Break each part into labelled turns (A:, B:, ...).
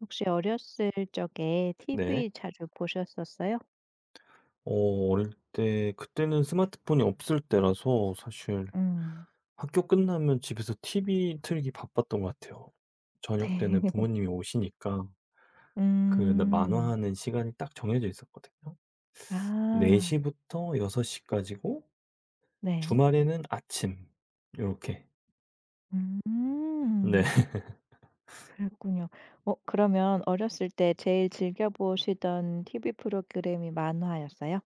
A: 혹시 어렸을 적에
B: 네.
A: TV 자주 보셨었어요?
B: 어 어릴 때 그때는 스마트폰이 없을 때라서 사실
A: 음.
B: 학교 끝나면 집에서 TV 틀기 바빴던 것 같아요. 저녁 때는 부모님이 오시니까 그
A: 음.
B: 만화하는 시간이 딱 정해져 있었거든요. 4
A: 아,
B: 시부터 6 시까지고
A: 네.
B: 주말에는 아침 이렇게 네.
A: 음. 그랬군요. 그러면 어렸을 때 제일 즐겨 보시던 TV 프로그램이 만화였어요?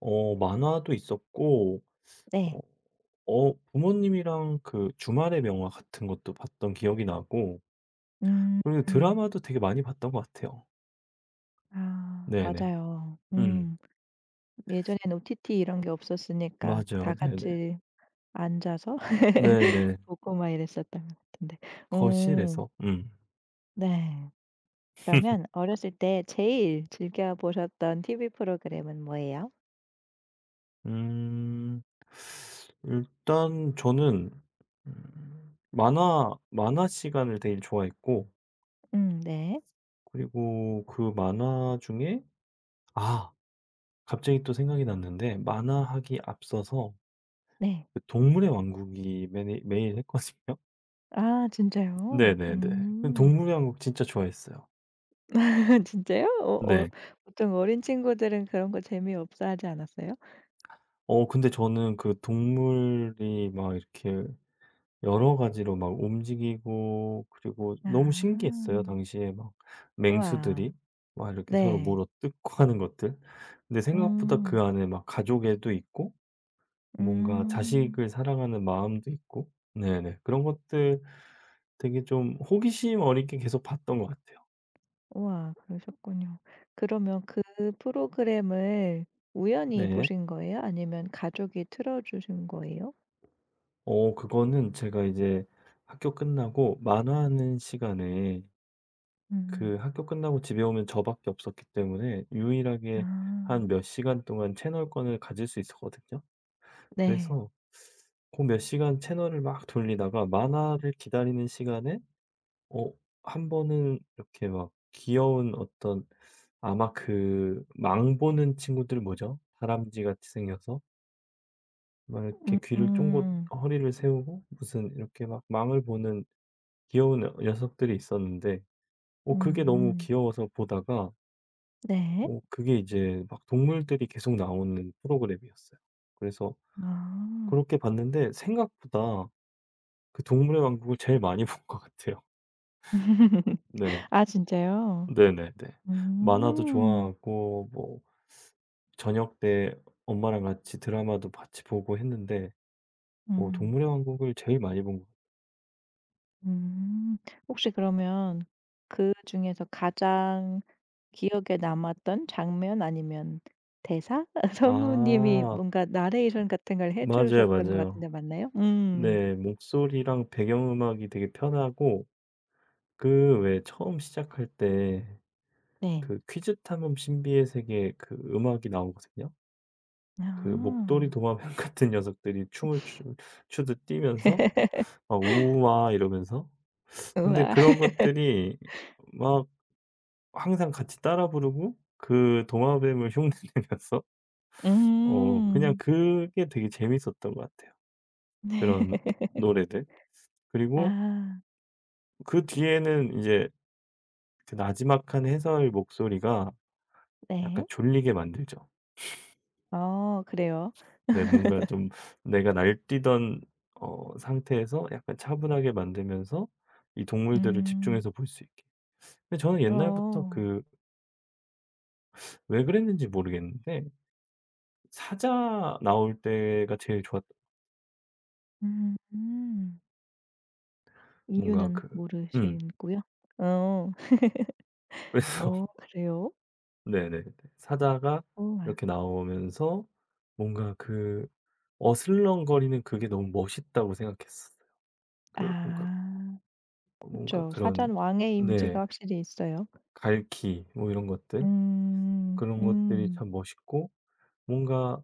B: 만화도 있었고 어
A: 네.
B: 부모님이랑 그 주말의 명화 같은 것도 봤던 기억이 나고
A: 음.
B: 그리고 드라마도 되게 많이 봤던 것 같아요.
A: 아,
B: 네네.
A: 맞아요.
B: 음.
A: 음. 예전에는 OTT 이런 게 없었으니까 다
B: 맞아요. 네네.
A: 같이 앉아서
B: 네네.
A: 보고 막 이랬었던 것 같은데. 음,
B: 거실에서. 음.
A: 네. 그러면 어렸을 때 제일 즐겨 보셨던 TV 프로그램은 뭐예요?
B: 음. 일단 저는 만화 시간을 되게 좋아했고
A: 음, 네.
B: 그리고 그 만화 중에 아 갑자기 또 생각이 났는데 만화하기 앞서서
A: 네.
B: 그 동물의 왕국이 매니 매일 했거든요.
A: 아, 진짜요?
B: 네네네. 그
A: 음.
B: 동물의 왕국 진짜 좋아했어요.
A: 진짜요? 어, 어,
B: 네.
A: 보통 어린 친구들은 그런 거 재미없어 하지 않았어요?
B: 근데 저는 그 동물이 막 이렇게 여러 가지로 막 움직이고 그리고
A: 아.
B: 너무 신기했어요. 당시에 막
A: 우와.
B: 맹수들이 막 이렇게 서로
A: 네.
B: 물어뜯고 하는 것들. 근데 생각보다
A: 음.
B: 그 안에 막 가족애도 있고 뭔가
A: 음.
B: 자식을 사랑하는 마음도 있고 네네. 그런 것들 되게 좀 호기심 어리게 계속 봤던 것 같아요.
A: 우와, 그러셨군요. 그러면 그 프로그램을 우연히
B: 네.
A: 보신 거예요? 아니면 가족이 틀어 주신 거예요?
B: 그거는 제가 이제 학교 끝나고 만화하는 시간에
A: 음.
B: 그 학교 끝나고 집에 오면 저밖에 없었기 때문에 유일하게
A: 아.
B: 한 몇 시간 동안 채널권을 가질 수 있었거든요.
A: 네.
B: 그래서 그 몇 시간 채널을 막 돌리다가 만화를 기다리는 시간에 어 한 번은 이렇게 막 귀여운 어떤 아마 그 망 보는 친구들 뭐죠? 다람쥐 같이 생겨서 막
A: 음.
B: 이렇게 귀를 쫑긋
A: 음.
B: 허리를 세우고 무슨 이렇게 막 망을 보는 귀여운 녀석들이 있었는데 그게 너무
A: 음.
B: 귀여워서 보다가
A: 네.
B: 그게 이제 막 동물들이 계속 나오는 프로그램이었어요. 그래서
A: 아.
B: 그렇게 봤는데 생각보다 그 동물의 왕국을 제일 많이 본 것 같아요. 네.
A: 아, 진짜요?
B: 네네네. 만화도
A: 음.
B: 좋아하고 뭐 저녁 때 엄마랑 같이 드라마도 같이 보고 했는데
A: 음.
B: 동물의 왕국을 제일 많이 본 것 같아요.
A: 음. 혹시 그러면 그중에서 가장 기억에 남았던 장면 아니면 대사? 성우님이
B: 아.
A: 뭔가 나레이션 같은 걸 해
B: 맞아요,
A: 주셨던 것 같은데
B: 맞아요.
A: 맞나요? 음.
B: 네. 목소리랑 배경음악이 되게 편하고 그 왜 처음 시작할 때
A: 네.
B: 그 퀴즈 탐험 신비의 세계 그 음악이 나오거든요. 그 목도리
A: 아.
B: 도마뱀 같은 녀석들이 춤을 추 추듯 뛰면서 막 "우와." 이러면서 근데
A: 우와.
B: 그런 것들이 막 항상 같이 따라 부르고 그 도마뱀을 흉내내면서 그냥
A: 음.
B: 그게 되게 재밌었던 것 같아요,
A: 네.
B: 그런 노래들. 그리고
A: 아.
B: 그 뒤에는 이제 그 나지막한 해설 목소리가 약간
A: 네.
B: 졸리게 만들죠.
A: 어, 그래요?
B: 네. 뭔가 좀 내가 날뛰던 상태에서 약간 차분하게 만들면서 이 동물들을
A: 음.
B: 집중해서 볼 수 있게. 근데 저는 옛날부터
A: 어.
B: 그 왜 그랬는지 모르겠는데 사자 나올 때가 제일 좋았
A: 음.
B: 뭔가
A: 이유는
B: 그 음.
A: 모르시고요. 어.
B: 그래서
A: 어, 그래요?
B: 네네네. 사자가
A: 어.
B: 이렇게 나오면서 뭔가 그 어슬렁거리는 그게 너무 멋있다고 생각했어요. 그 뭔가
A: 아.
B: 뭔가
A: 그쵸.
B: 그런
A: 사자는 왕의 이미지가
B: 네.
A: 확실히 있어요.
B: 갈퀴 뭐 이런 것들.
A: 음.
B: 그런 것들이
A: 음.
B: 참 멋있고 뭔가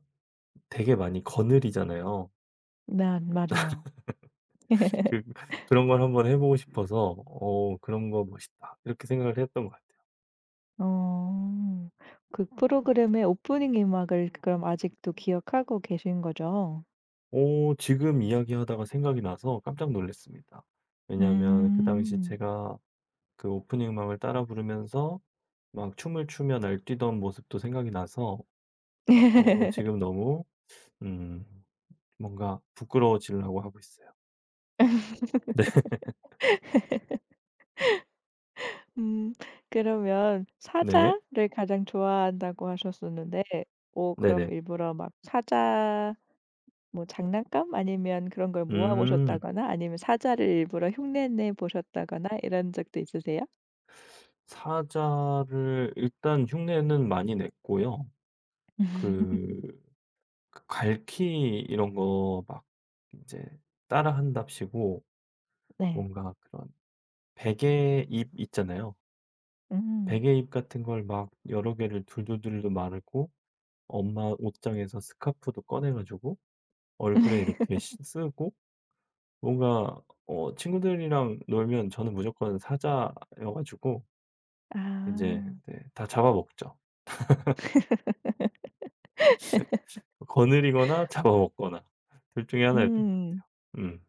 B: 되게 많이 거느리잖아요.
A: 나 맞아요.
B: 그 그런 걸 한번 해 보고 싶어서 '어 그런 거 멋있다.' 이렇게 생각을 했던 것 같아요.
A: 어. 그 프로그램의 오프닝 음악을 그럼 아직도 기억하고 계신 거죠?
B: 오 지금 이야기하다가 생각이 나서 깜짝 놀랐습니다. 왜냐하면 그 당시
A: 음.
B: 제가 그 오프닝 음악을 따라 부르면서 막 춤을 추며 날뛰던 모습도 생각이 나서 지금 너무 음 뭔가 부끄러워지려고 하고 있어요. 네.
A: 음. 그러면
B: 네.
A: 사자를 가장 좋아한다고 하셨었는데 오, 그럼
B: 네네.
A: 일부러 막 사자 뭐 장난감 아니면 그런 걸 모아
B: 음.
A: 보셨다거나 아니면 사자를 일부러 흉내내 보셨다거나 이런 적도 있으세요?
B: 사자를 일단 흉내는 많이 냈고요. 그 갈퀴 이런 거 막 이제 따라한답시고
A: 네.
B: 뭔가 그런 베개 잎 있잖아요.
A: 음.
B: 베개 잎 같은 걸 막 여러 개를 둘둘둘마 말고 엄마 옷장에서 스카프도 꺼내 가지고 얼굴에 이렇게 쓰고 뭔가 친구들이랑 놀면 저는 무조건 사자여 가지고 이제
A: 아.
B: 네 다 잡아먹죠. 거느리거나 잡아먹거나 둘 중에 하나였던 것
A: 음.
B: 같아요. 음.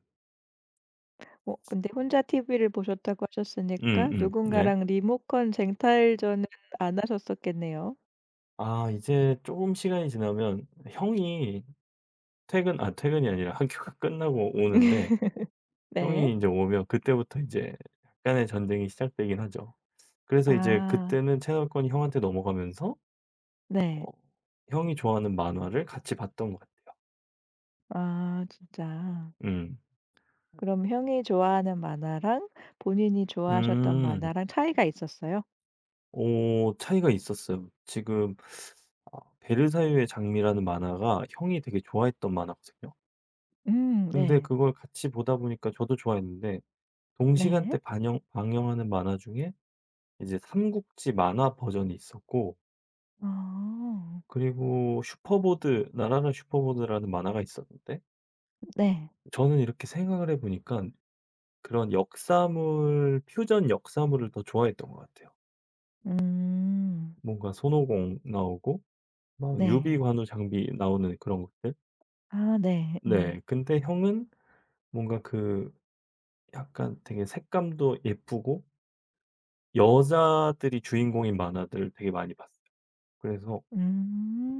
A: 어 근데 혼자 TV를 보셨다고 하셨으니까
B: 음음. 네.
A: 누군가랑 리모컨 쟁탈전은 안 하셨었겠네요.
B: 아 이제 쪼금 시간이 지나면 형이 퇴근이 아니라 학교가 끝나고 오는데
A: 네.
B: 형이 인제 오면 그때부터 이제 약간의 전쟁이 시작되긴 하죠. 그래서 이제
A: 아.
B: 그때는 채널권이 형한테 넘어가면서
A: 네.
B: 어 형이 좋아하는 만화를 같이 봤던 것 같아요.
A: 아, 진짜.
B: 음.
A: 그럼 형이 좋아하는 만화랑 본인이 좋아하셨던
B: 음.
A: 만화랑 차이가 있었어요?
B: 차이가 있었어요. 지금 베르사유의 장미라는 만화가 형이 되게 좋아했던 만화거든요.
A: 음,
B: 근데
A: 네.
B: 그걸 같이 보다 보니까 저도 좋아했는데
A: 네.
B: 동시간대 반영 방영하는 만화 중에 이제 삼국지 만화 버전이 있었고
A: 아.
B: 그리고 슈퍼보드라는 만화가 있었는데
A: 네.
B: 저는 이렇게 생각을 해보니까 그런 역사물 퓨전 역사물을 더 좋아했던 것 같아요.
A: 음.
B: 뭔가 손오공 나오고 막
A: 네.
B: 유비관우 장비 나오는 그런 것들.
A: 아, 네. 음.
B: 네. 근데 형은 뭔가 그 약간 되게 색감도 예쁘고 여자들이 주인공인 만화들 되게 많이 봤어요. 그래서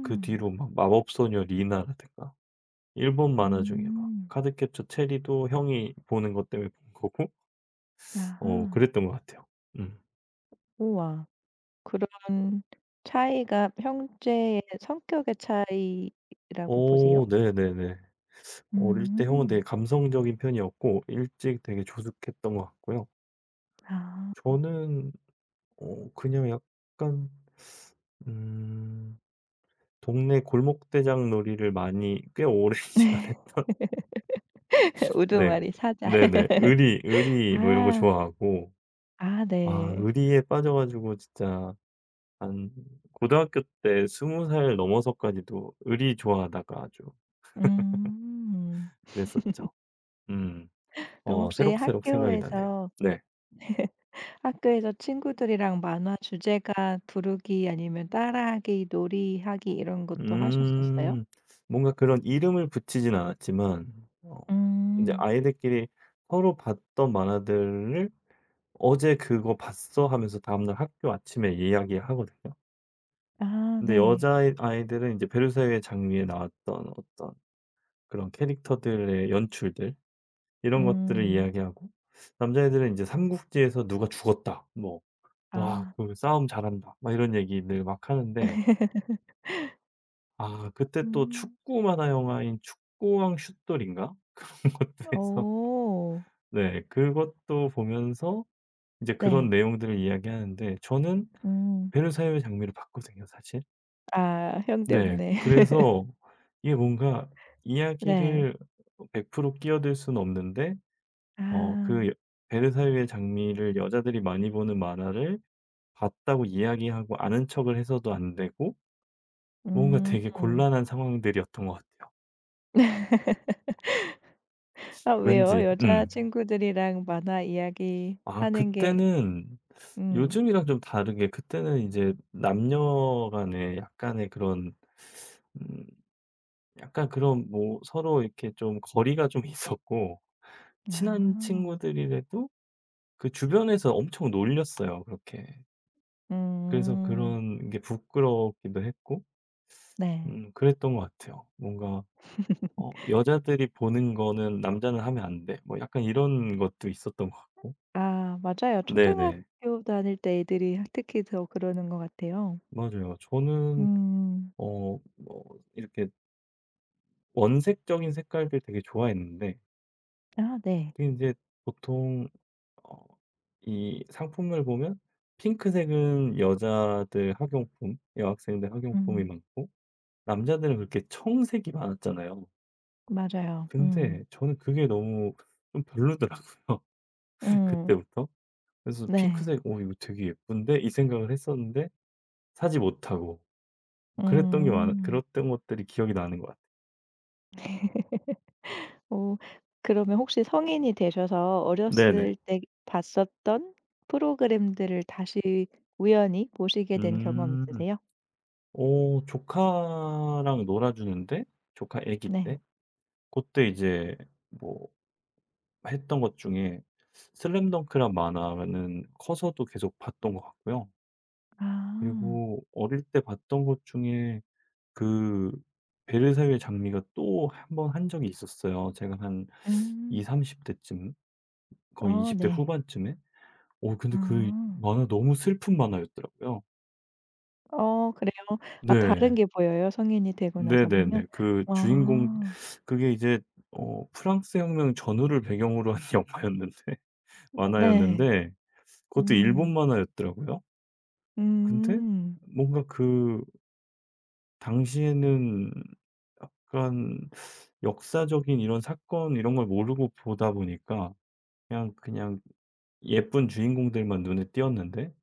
B: 그 뒤로 막 마법소녀 리나라든가 일본 만화 중에 막
A: 음.
B: 카드캡처 체리도 형이 보는 것 때문에 본 거고
A: 아하.
B: 그랬던 것 같아요. 음.
A: 우와. 그런 차이가 형제의 성격의 차이라고 보세요?
B: 네네네. 어릴 때 형은 되게
A: 음.
B: 감성적인 편이었고 일찍 되게 조숙했던 것 같고요.
A: 아.
B: 저는 그냥 약간 음. 동네 골목대장 놀이를 많이 꽤 오랜 시간 했던 네.
A: 우두머리 사자.
B: 네네. 의리, 의리 뭐 이런 거
A: 아.
B: 좋아하고
A: 아,
B: 아
A: 네.
B: 의리에 빠져 가지고 진짜 한 고등학교 때 스무 살 넘어서까지도 의리 좋아하다가 아주
A: 음.
B: 그랬었죠. 음.
A: 그럼 혹시
B: 새록새록 생각이 나네요.
A: 학교에서
B: 네.
A: 학교에서 친구들이랑 만화 주제가 부르기 아니면 따라하기, 놀이하기 이런 것도 하셨었어요?
B: 음. 뭔가 그런 이름을 붙이진 않았지만 어 인제
A: 음.
B: 아이들끼리 서로 봤던 만화들을 "어제 그거 봤어?" 하면서 다음날 학교 아침에 이야기하거든요.
A: 아,
B: 근데 여
A: 네.
B: 자 아이들은 이제 베르사유의 장미에 나왔던 어떤 그런 캐릭터들의 연출들 이런 것들을
A: 음.
B: 이야기하고 남자애들은 이제 삼국지에서 "누가 죽었다." 뭐 "와
A: 아.
B: 그 싸움 잘한다." 막 이런 얘기들 막 하는데 아 그때 또
A: 음.
B: 축구 만화 영화인 축구왕 슛돌인가? 그런 것도 해서
A: 어.
B: 네 그것도 보면서 이제 그런
A: 네.
B: 내용들을 이야기하는데 저는
A: 음.
B: 베르사유의 장미를 봤거든요 사실.
A: 아, 형
B: 네.
A: 때문에.
B: 그래서 이게 뭔가
A: 네.
B: 이야기를 100% 끼어들 수는 없는데 어 그
A: 아.
B: 여 베르사유의 장미를 여자들이 많이 보는 만화를 봤다고 이야기하고 아는 척을 해서도 안 되고 뭔가
A: 음.
B: 되게 곤란한 상황들이었던 것 같아요.
A: 아, 왜요?
B: 왠지
A: 여자친구들이랑 만화
B: 아
A: 이야기하는 게
B: 그때는
A: 음.
B: 요즘이랑 좀 다르게 그때는 이제 남녀 간의 약간의 그런 음 약간 그런 뭐 서로 이렇게 좀 거리가 좀 있었고 친한
A: 아.
B: 친구들이라도 그 주변에서 엄청 놀렸어요 그렇게. 그래서
A: 음.
B: 그런 게 부끄럽기도 했고
A: 네.
B: 그랬던 것 같아요. 뭔가 '여자들이 보는 거는 남자는 하면 안 돼.' 뭐 약간 이런 것도 있었던 것 같고.
A: 아, 맞아요.
B: 네네.
A: 초등학교 다닐 때 애들이 특히 더 그러는 것 같아요.
B: 맞아요. 저는
A: 음.
B: 뭐 이렇게 원색적인 색깔들 되게 좋아했는데
A: 아, 네.
B: 그게 이제 보통 어 이 상품을 보면 핑크색은 여자들 학용품, 여학생들 학용품이
A: 음.
B: 많고 남자들은 그렇게 청색이 많았잖아요.
A: 맞아요. 음.
B: 근데 저는 그게 너무 좀 별로더라고요
A: 음.
B: 그때부터. 그래서
A: 네.
B: '핑크색 오 이거 되게 예쁜데?' 이 생각을 했었는데 사지 못하고 뭐 그랬던 게 많아
A: 음.
B: 그랬던 것들이 기억이 나는 것 같아요.
A: 오, 그러면 혹시 성인이 되셔서
B: 네네.
A: 어렸을 때 봤었던 프로그램들을 다시 우연히 보시게 된 경험
B: 음.
A: 있으세요?
B: 오 조카랑 놀아 주는데 조카 아기 때
A: 네.
B: 그때 이제 뭐 했던 것 중에 슬램덩크란 만화는 커서도 계속 봤던 것 같고요.
A: 아.
B: 그리고 어릴 때 봤던 것 중에 그 베르사유의 장미가 또 한 번 한 적이 있었어요. 제가 한
A: 음.
B: 20-30 대쯤 거의
A: 어,
B: 20대
A: 네.
B: 후반쯤에. 근데 그
A: 아.
B: 만화 너무 슬픈 만화였더라고요.
A: 어, 그래요? 아, 다른
B: 네.
A: 게 보여요? 성인이 되고 나서 보면?
B: 네네네. 그 주인공
A: 아,
B: 그게 이제 프랑스 혁명 전후를 배경으로 한 영화였는데
A: 네.
B: 만화였는데 그것도 일본
A: 음.
B: 만화였더라고요. 근데
A: 음.
B: 뭔가 그 당시에는 약간 역사적인 이런 사건 이런 걸 모르고 보다 보니까 그냥 예쁜 주인공들만 눈에 띄었는데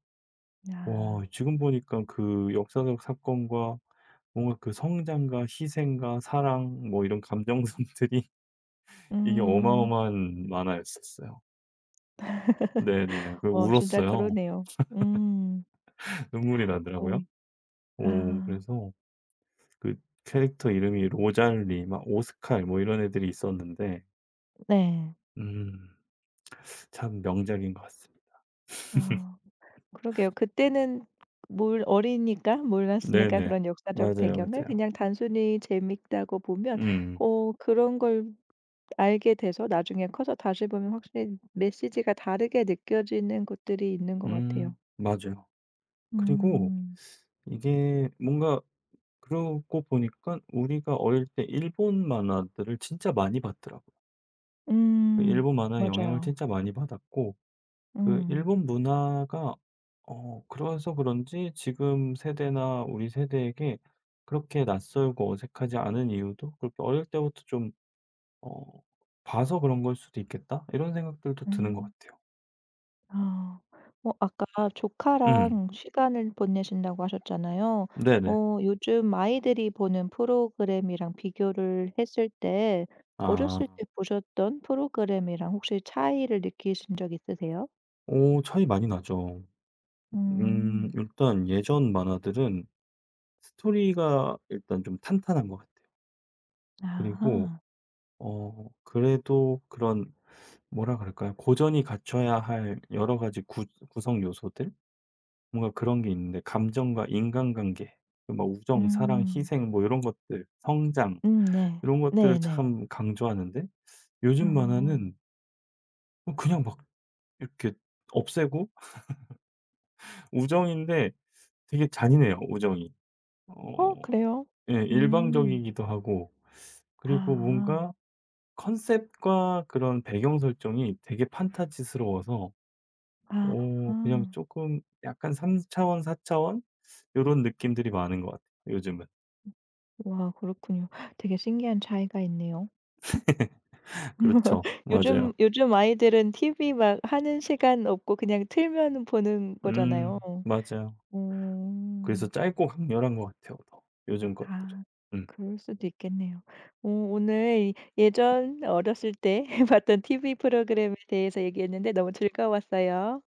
B: 와
A: 아.
B: 지금 보니까 그 역사적 사건과 뭔가 그 성장과 희생과 사랑 뭐 이런 감정선들이 이게
A: 음.
B: 어마어마한 만화였었어요. 네네. 그
A: 어, 진짜
B: 울었어요.
A: 그러네요. 음.
B: 눈물이
A: 오이
B: 나더라고요. 오
A: 아,
B: 그래서 그 캐릭터 이름이 로잘리 막 오스칼 뭐 이런 애들이 있었는데
A: 네.
B: 음. 참 명작인 것 같습니다.
A: 아, 그러게요. 그때는 몰 어리니까 몰랐으니까
B: 네네.
A: 그런 역사적
B: 맞아요,
A: 배경을
B: 맞아요.
A: 그냥 단순히 재밌다고 보면
B: 음.
A: 어 그런 걸 알게 돼서 나중에 커서 다시 보면 확실히 메시지가 다르게 느껴지는 것들이 있는 것 같아요.
B: 음. 맞아요. 그리고
A: 음.
B: 이게 뭔가 그러고 보니까 우리가 어릴 때 일본 만화들을 진짜 많이 봤더라고요. 그
A: 음.
B: 일본 만화의 영향을
A: 맞아요.
B: 진짜 많이 받았고 그
A: 음.
B: 일본 문화가 그래서 그런지 지금 세대나 우리 세대에게 그렇게 낯설고 어색하지 않은 이유도 그렇게 '어릴 때부터 좀 어 봐서 그런 걸 수도 있겠다.' 이런 생각들도 드는 것
A: 음.
B: 같아요.
A: 아. 어 아까
B: 음.
A: 조카랑 시간을 보내신다고 하셨잖아요.
B: 네네.
A: 어 요즘 아이들이 보는 프로그램이랑 비교를 했을 때 어렸을
B: 아.
A: 때 보셨던 프로그램이랑 혹시 차이를 느끼신 적 있으세요?
B: 오 차이 많이 나죠.
A: 음.
B: 일단 예전 만화들은 스토리가 일단 좀 탄탄한 것 같아요. 그리고
A: 아하.
B: 그래도 그런 뭐라 그럴까요? 고전이 갖춰야 할 여러 가지 구 구성 요소들? 뭔가 그런 게 있는데 감정과 인간관계, 그 막 우정, 사랑,
A: 음.
B: 희생 뭐 이런 것들, 성장
A: 음, 네.
B: 이런 것들을
A: 네네.
B: 참 강조하는데
A: 어.
B: 요즘 만화는 그냥 막 이렇게 없애고 우정인데 되게 잔인해요, 오정이. 어
A: 어, 그래요?
B: 예
A: 음.
B: 일방적이기도 하고 그리고
A: 아.
B: 뭔가 컨셉과 그런 배경 설정이 되게 판타지스러워서 오 그냥
A: 아.
B: 조금 약간 3 차원, 4 차원 요런 느낌들이 많은 것 같아요, 요즘은.
A: 와, 그렇군요. 되게 신기한 차이가 있네요.
B: 그렇죠.
A: 요즘
B: 맞아요.
A: 요즘 아이들은 TV 막 하는 시간 없고 그냥 틀면 보는 거잖아요.
B: 맞아요. 그래서
A: 음.
B: 짧고 강렬한 것 같아요, 더 요즘 것들은.
A: 아,
B: 음.
A: 그럴 수도 있겠네요. 오, 오늘 예전 어렸을 때 봤던 TV 프로그램에 대해서 얘기했는데 너무 즐거웠어요.